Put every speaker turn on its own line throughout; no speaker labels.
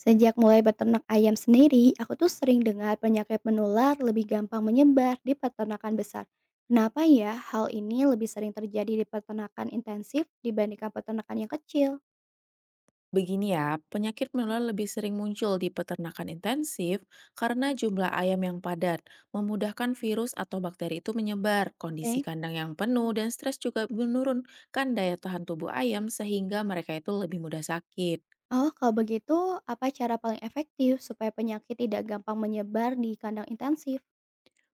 Sejak mulai beternak ayam sendiri, aku tuh sering dengar penyakit menular lebih gampang menyebar di peternakan besar. Kenapa ya hal ini lebih sering terjadi di peternakan intensif dibandingkan peternakan yang kecil?
Begini ya, penyakit menular lebih sering muncul di peternakan intensif karena jumlah ayam yang padat, memudahkan virus atau bakteri itu menyebar, kondisi
Oke.
kandang yang penuh, dan stres juga menurunkan daya tahan tubuh ayam sehingga mereka itu lebih mudah sakit.
Oh, kalau begitu, apa cara paling efektif supaya penyakit tidak gampang menyebar di kandang intensif?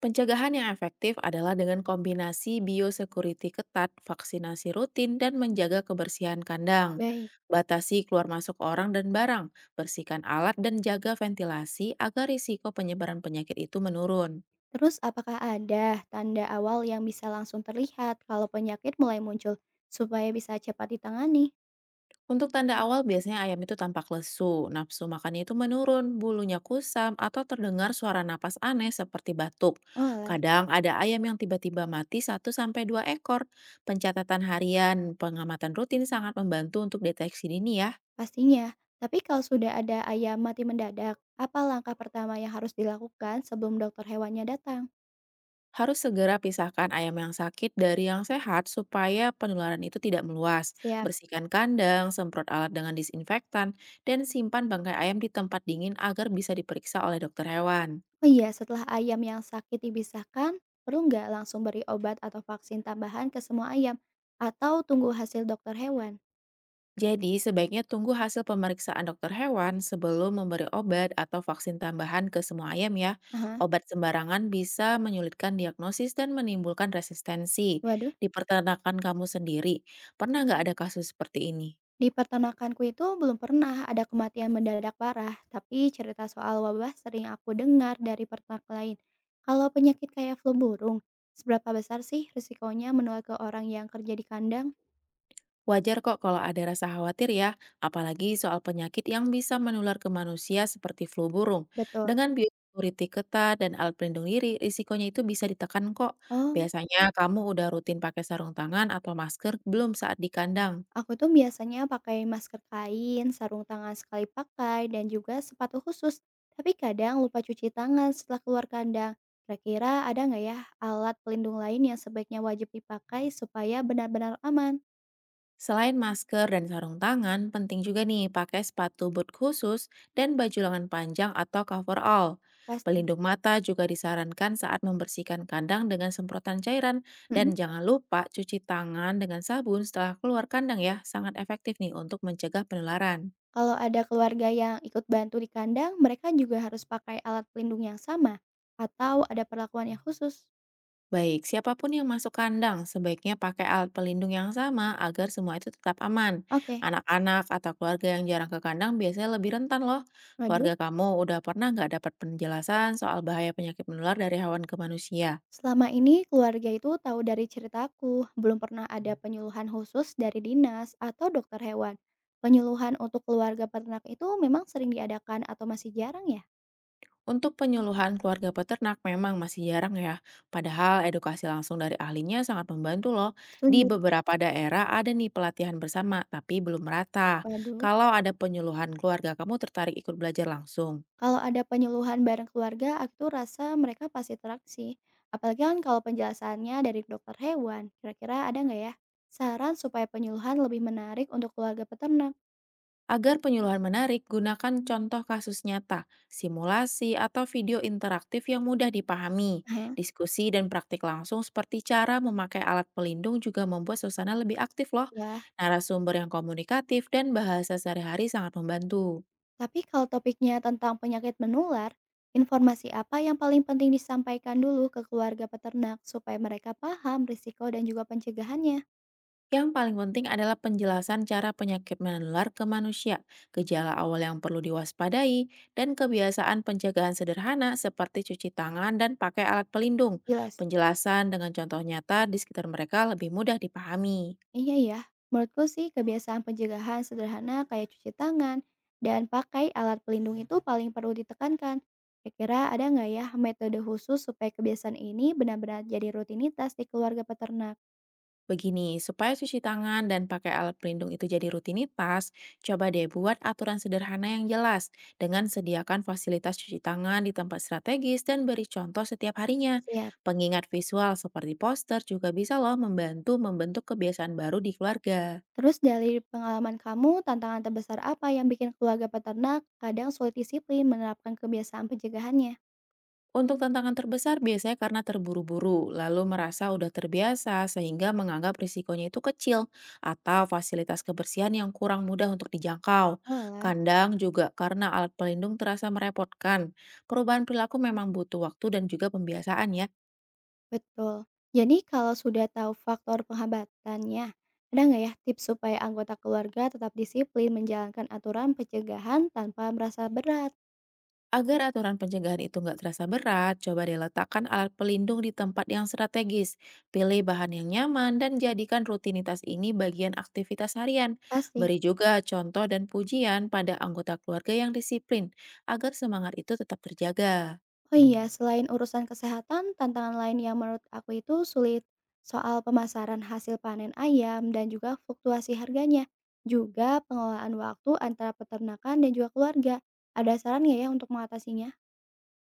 Pencegahan yang efektif adalah dengan kombinasi biosecurity ketat, vaksinasi rutin, dan menjaga kebersihan kandang.
Baik.
Batasi keluar masuk orang dan barang, bersihkan alat dan jaga ventilasi agar risiko penyebaran penyakit itu menurun.
Terus, apakah ada tanda awal yang bisa langsung terlihat kalau penyakit mulai muncul supaya bisa cepat ditangani?
Untuk tanda awal biasanya ayam itu tampak lesu, nafsu makannya itu menurun, bulunya kusam, atau terdengar suara napas aneh seperti batuk.
Oh.
Kadang ada ayam yang tiba-tiba mati satu sampai dua ekor. Pencatatan harian, pengamatan rutin sangat membantu untuk deteksi dini ya.
Pastinya, tapi kalau sudah ada ayam mati mendadak, apa langkah pertama yang harus dilakukan sebelum dokter hewannya datang?
Harus segera pisahkan ayam yang sakit dari yang sehat supaya penularan itu tidak meluas.
Siap.
Bersihkan kandang, semprot alat dengan disinfektan, dan simpan bangkai ayam di tempat dingin agar bisa diperiksa oleh dokter hewan.
Oh iya, setelah ayam yang sakit dipisahkan, perlu nggak langsung beri obat atau vaksin tambahan ke semua ayam? Atau tunggu hasil dokter hewan?
Jadi, sebaiknya tunggu hasil pemeriksaan dokter hewan sebelum memberi obat atau vaksin tambahan ke semua ayam ya.
Aha,
Obat sembarangan bisa menyulitkan diagnosis dan menimbulkan resistensi.
waduh.
Di peternakan kamu sendiri, pernah nggak ada kasus seperti ini?
Di peternakanku itu belum pernah ada kematian mendadak parah, tapi cerita soal wabah sering aku dengar dari peternak lain. Kalau penyakit kayak flu burung, seberapa besar sih risikonya menular ke orang yang kerja di kandang?
Wajar kok kalau ada rasa khawatir ya, apalagi soal penyakit yang bisa menular ke manusia seperti flu burung.
Betul.
Dengan biosecurity ketat dan alat pelindung diri, risikonya itu bisa ditekan kok.
Oh,
Biasanya kamu udah rutin pakai sarung tangan atau masker belum saat di kandang.
aku tuh biasanya pakai masker kain, sarung tangan sekali pakai, dan juga sepatu khusus. Tapi kadang lupa cuci tangan setelah keluar kandang. Kira-kira ada nggak ya alat pelindung lain yang sebaiknya wajib dipakai supaya benar-benar aman?
Selain masker dan sarung tangan, penting juga nih pakai sepatu boot khusus dan baju lengan panjang atau coverall.
Pasti.
Pelindung mata juga disarankan saat membersihkan kandang dengan semprotan cairan dan
Mm-mm.
jangan lupa cuci tangan dengan sabun setelah keluar kandang ya, sangat efektif nih untuk mencegah penularan.
Kalau ada keluarga yang ikut bantu di kandang, mereka juga harus pakai alat pelindung yang sama atau ada perlakuan yang khusus.
Baik, siapapun yang masuk kandang sebaiknya pakai alat pelindung yang sama agar semua itu tetap aman.
Oke,
Anak-anak atau keluarga yang jarang ke kandang biasanya lebih rentan loh.
maju.
Keluarga kamu udah pernah nggak dapat penjelasan soal bahaya penyakit menular dari hewan ke manusia?
Selama ini keluarga itu tahu dari ceritaku, belum pernah ada penyuluhan khusus dari dinas atau dokter hewan. Penyuluhan untuk keluarga peternak itu memang sering diadakan atau masih jarang ya?
Untuk penyuluhan keluarga peternak memang masih jarang ya. Padahal edukasi langsung dari ahlinya sangat membantu loh. Di
Setuju.
beberapa daerah ada nih pelatihan bersama, tapi belum merata.
Waduh,
Kalau ada penyuluhan keluarga, kamu tertarik ikut belajar langsung?
kalau ada penyuluhan bareng keluarga, aku tuh rasa mereka pasti teraksi. Apalagi kan kalau penjelasannya dari dokter hewan, kira-kira ada nggak ya? Saran supaya penyuluhan lebih menarik untuk keluarga peternak.
Agar penyuluhan menarik, gunakan contoh kasus nyata, simulasi, atau video interaktif yang mudah dipahami.
Hah?
Diskusi dan praktik langsung seperti cara memakai alat pelindung juga membuat suasana lebih aktif loh.
Wah,
Narasumber yang komunikatif dan bahasa sehari-hari sangat membantu.
tapi kalau topiknya tentang penyakit menular, informasi apa yang paling penting disampaikan dulu ke keluarga peternak supaya mereka paham risiko dan juga pencegahannya?
Yang paling penting adalah penjelasan cara penyakit menular ke manusia, gejala awal yang perlu diwaspadai, dan kebiasaan pencegahan sederhana seperti cuci tangan dan pakai alat pelindung.
Jelas.
Penjelasan dengan contoh nyata di sekitar mereka lebih mudah dipahami.
Iya ya, menurutku sih kebiasaan pencegahan sederhana kayak cuci tangan dan pakai alat pelindung itu paling perlu ditekankan. Kira-kira ada nggak ya metode khusus supaya kebiasaan ini benar-benar jadi rutinitas di keluarga peternak?
Begini, supaya cuci tangan dan pakai alat pelindung itu jadi rutinitas, coba deh buat aturan sederhana yang jelas dengan sediakan fasilitas cuci tangan di tempat strategis dan beri contoh setiap harinya.
Siap.
Pengingat visual seperti poster juga bisa loh membantu membentuk kebiasaan baru di keluarga.
Terus dari pengalaman kamu, tantangan terbesar apa yang bikin keluarga peternak kadang sulit disiplin menerapkan kebiasaan pencegahannya?
Untuk tantangan terbesar biasanya karena terburu-buru, lalu merasa udah terbiasa sehingga menganggap risikonya itu kecil, atau fasilitas kebersihan yang kurang mudah untuk dijangkau.
Oalah,
Kandang juga karena alat pelindung terasa merepotkan. Perubahan perilaku memang butuh waktu dan juga pembiasaan ya.
betul. Jadi kalau sudah tahu faktor penghambatannya, ada nggak ya tips supaya anggota keluarga tetap disiplin menjalankan aturan pencegahan tanpa merasa berat?
Agar aturan pencegahan itu nggak terasa berat, coba deh letakkan alat pelindung di tempat yang strategis. Pilih bahan yang nyaman dan jadikan rutinitas ini bagian aktivitas harian.
Pasti.
Beri juga contoh dan pujian pada anggota keluarga yang disiplin, agar semangat itu tetap terjaga.
Oh iya, selain urusan kesehatan, tantangan lain yang menurut aku itu sulit soal pemasaran hasil panen ayam dan juga fluktuasi harganya. Juga pengelolaan waktu antara peternakan dan juga keluarga. Ada saran nggak ya untuk mengatasinya?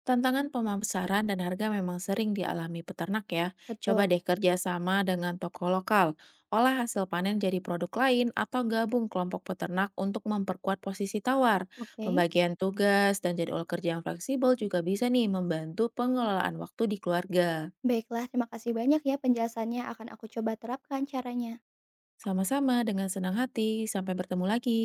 Tantangan pemasaran dan harga memang sering dialami peternak ya. Coba
Betul.
deh kerjasama dengan toko lokal, olah hasil panen jadi produk lain atau gabung kelompok peternak untuk memperkuat posisi tawar.
Oke,
Pembagian tugas dan jadwal kerja yang fleksibel juga bisa nih membantu pengelolaan waktu di keluarga.
baiklah terima kasih banyak ya penjelasannya akan aku coba terapkan caranya.
Sama-sama dengan senang hati, sampai bertemu lagi.